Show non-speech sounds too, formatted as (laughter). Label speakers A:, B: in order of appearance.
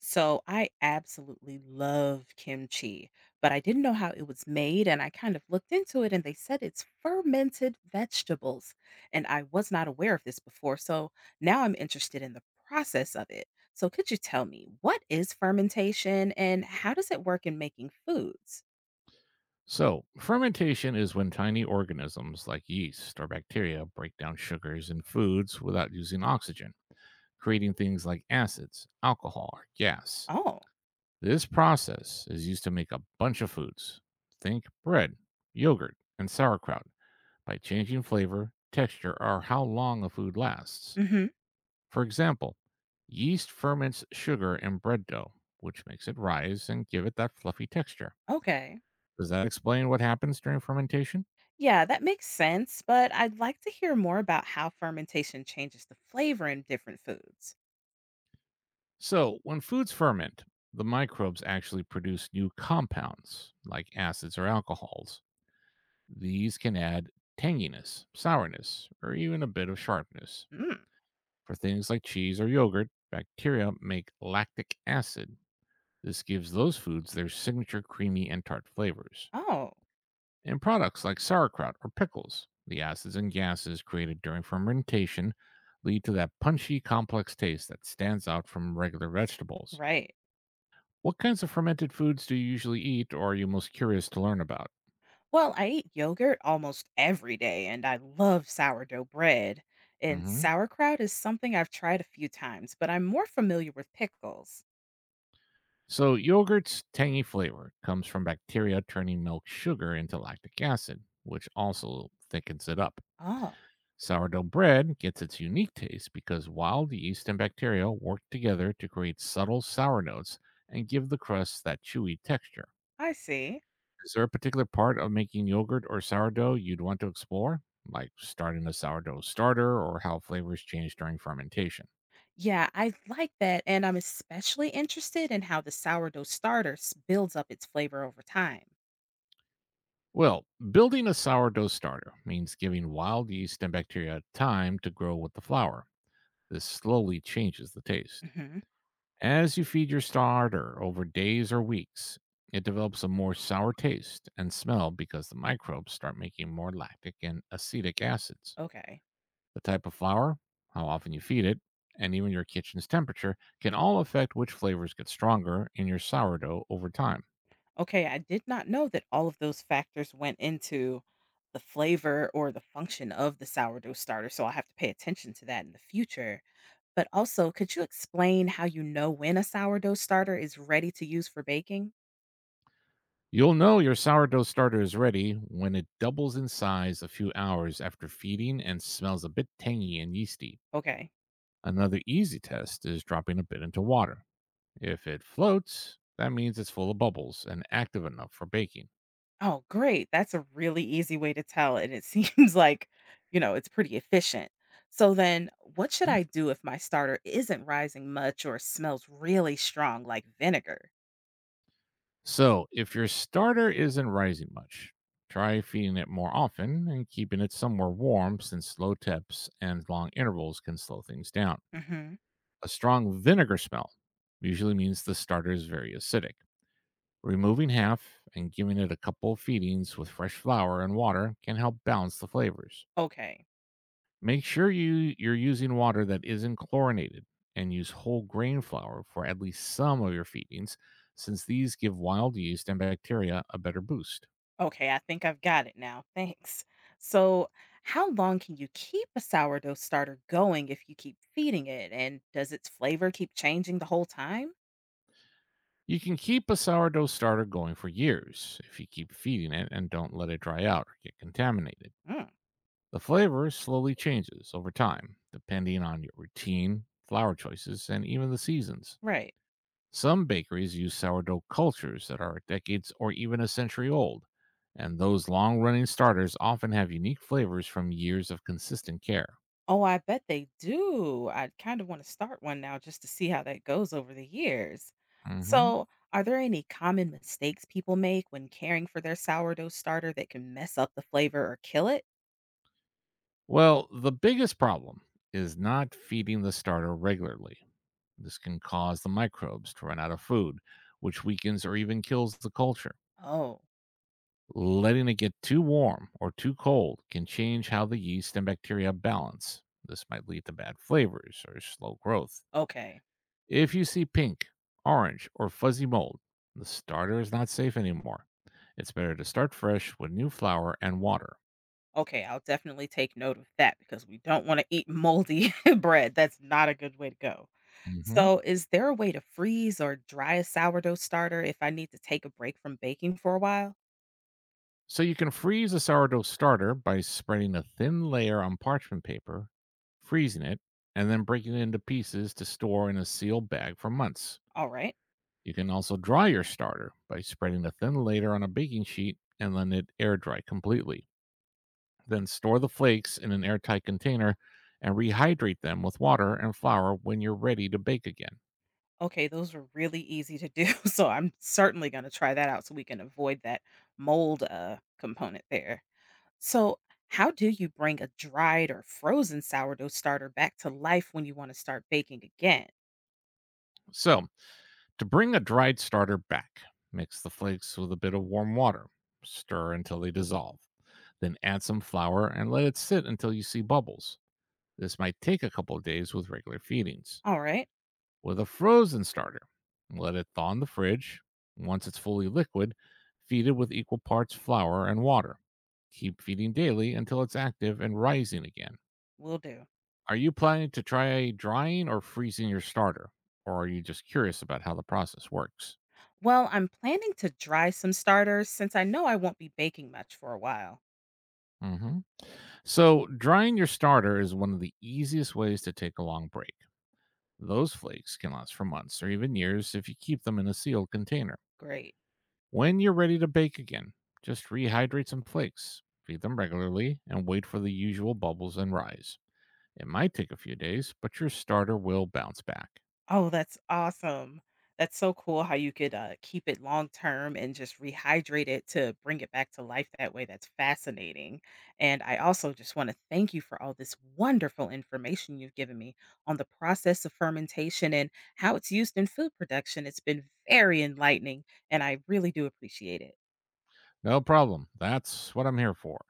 A: So I absolutely love kimchi, but I didn't know how it was made. And I kind of looked into it and they said it's fermented vegetables. And I was not aware of this before. So now I'm interested in the process of it. So could you tell me what is fermentation and how does it work in making foods?
B: So, fermentation is when tiny organisms like yeast or bacteria break down sugars in foods without using oxygen, creating things like acids, alcohol, or gas.
A: Oh.
B: This process is used to make a bunch of foods. Think bread, yogurt, and sauerkraut by changing flavor, texture, or how long a food lasts.
A: Hmm.
B: For example, yeast ferments sugar in bread dough, which makes it rise and give it that fluffy texture.
A: Okay.
B: Does that explain what happens during fermentation?
A: Yeah, that makes sense. But I'd like to hear more about how fermentation changes the flavor in different foods.
B: So, when foods ferment, the microbes actually produce new compounds like acids or alcohols. These can add tanginess, sourness, or even a bit of sharpness.
A: Mm.
B: For things like cheese or yogurt, bacteria make lactic acid. This gives those foods their signature creamy and tart flavors.
A: Oh,
B: In products like sauerkraut or pickles, the acids and gases created during fermentation lead to that punchy, complex taste that stands out from regular vegetables.
A: right.
B: What kinds of fermented foods do you usually eat or are you most curious to learn about?
A: Well, I eat yogurt almost every day, and I love sourdough bread. And
B: hmm
A: sauerkraut is something I've tried a few times, but I'm more familiar with pickles.
B: So, yogurt's tangy flavor comes from bacteria turning milk sugar into lactic acid, which also thickens it up.
A: Oh,
B: Sourdough bread gets its unique taste because wild yeast and bacteria work together to create subtle sour notes and give the crust that chewy texture.
A: I see.
B: Is there a particular part of making yogurt or sourdough you'd want to explore, like starting a sourdough starter or how flavors change during fermentation?
A: Yeah, I like that. And I'm especially interested in how the sourdough starter builds up its flavor over time.
B: Well, building a sourdough starter means giving wild yeast and bacteria time to grow with the flour. This slowly changes the taste.
A: Hmm.
B: As you feed your starter over days or weeks, it develops a more sour taste and smell because the microbes start making more lactic and acetic acids.
A: Okay.
B: The type of flour, how often you feed it, and even your kitchen's temperature can all affect which flavors get stronger in your sourdough over time.
A: Okay, I did not know that all of those factors went into the flavor or the function of the sourdough starter. So I'll have to pay attention to that in the future. But also, could you explain how you know when a sourdough starter is ready to use for baking?
B: You'll know your sourdough starter is ready when it doubles in size a few hours after feeding and smells a bit tangy and yeasty.
A: Okay.
B: Another easy test is dropping a bit into water. If it floats, that means it's full of bubbles and active enough for baking.
A: Oh, great. That's a really easy way to tell. And it (laughs) seems like, it's pretty efficient. So then, what should
B: Hmm.
A: I do if my starter isn't rising much or smells really strong like vinegar?
B: So, if your starter isn't rising much, try feeding it more often and keeping it somewhere warm since low temps and long intervals can slow things down.
A: Hmm.
B: A strong vinegar smell usually means the starter is very acidic. Removing half and giving it a couple of feedings with fresh flour and water can help balance the flavors.
A: Okay.
B: Make sure you're using water that isn't chlorinated and use whole grain flour for at least some of your feedings, since these give wild yeast and bacteria a better boost.
A: Okay, I think I've got it now. Thanks. So, how long can you keep a sourdough starter going if you keep feeding it? And does its flavor keep changing the whole time?
B: You can keep a sourdough starter going for years if you keep feeding it and don't let it dry out or get contaminated.
A: Mm.
B: The flavor slowly changes over time, depending on your routine, flour choices, and even the seasons.
A: Right.
B: Some bakeries use sourdough cultures that are decades or even a century old, and those long running starters often have unique flavors from years of consistent care.
A: Oh, I bet they do. I kind of want to start one now just to see how that goes over the years.
B: Mhm.
A: So, are there any common mistakes people make when caring for their sourdough starter that can mess up the flavor or kill it?
B: Well, the biggest problem is not feeding the starter regularly. This can cause the microbes to run out of food, which weakens or even kills the culture.
A: Oh,
B: Letting it get too warm or too cold can change how the yeast and bacteria balance. This might lead to bad flavors or slow growth.
A: okay.
B: If you see pink, orange, or fuzzy mold, the starter is not safe anymore. It's better to start fresh with new flour and water.
A: Okay, I'll definitely take note of that because we don't want to eat moldy (laughs) bread. That's not a good way to go.
B: hmm
A: So, is there a way to freeze or dry a sourdough starter if I need to take a break from baking for a while?
B: So you can freeze a sourdough starter by spreading a thin layer on parchment paper, freezing it, and then breaking it into pieces to store in a sealed bag for months.
A: All right.
B: You can also dry your starter by spreading a thin layer on a baking sheet and letting it air dry completely. Then store the flakes in an airtight container and rehydrate them with water and flour when you're ready to bake again.
A: Okay, those were really easy to do, (laughs) so I'm certainly gonna try that out so we can avoid that mold, component there. So, how do you bring a dried or frozen sourdough starter back to life when you wanna start baking again?
B: So, to bring a dried starter back, mix the flakes with a bit of warm water. Stir until they dissolve. Then add some flour and let it sit until you see bubbles. This might take a couple of days with regular feedings.
A: Alright,
B: With a frozen starter. Let it thaw in the fridge. Once it's fully liquid, feed it with equal parts flour and water. Keep feeding daily until it's active and rising again.
A: will do.
B: Are you planning to try drying or freezing your starter? Or are you just curious about how the process works?
A: Well, I'm planning to dry some starters since I know I won't be baking much for a while.
B: hmm So, drying your starter is one of the easiest ways to take a long break. Those flakes can last for months or even years if you keep them in a sealed container.
A: Great.
B: When you're ready to bake again, just rehydrate some flakes, feed them regularly, and wait for the usual bubbles and rise. It might take a few days, but your starter will bounce back.
A: Oh, that's awesome. That's so cool how you could, keep it long term and just rehydrate it to bring it back to life that way. That's fascinating, and I also just wanna thank you for all this wonderful information you've given me on the process of fermentation and how it's used in food production. It's been very enlightening, and I really do appreciate it.
B: No problem. That's what I'm here for.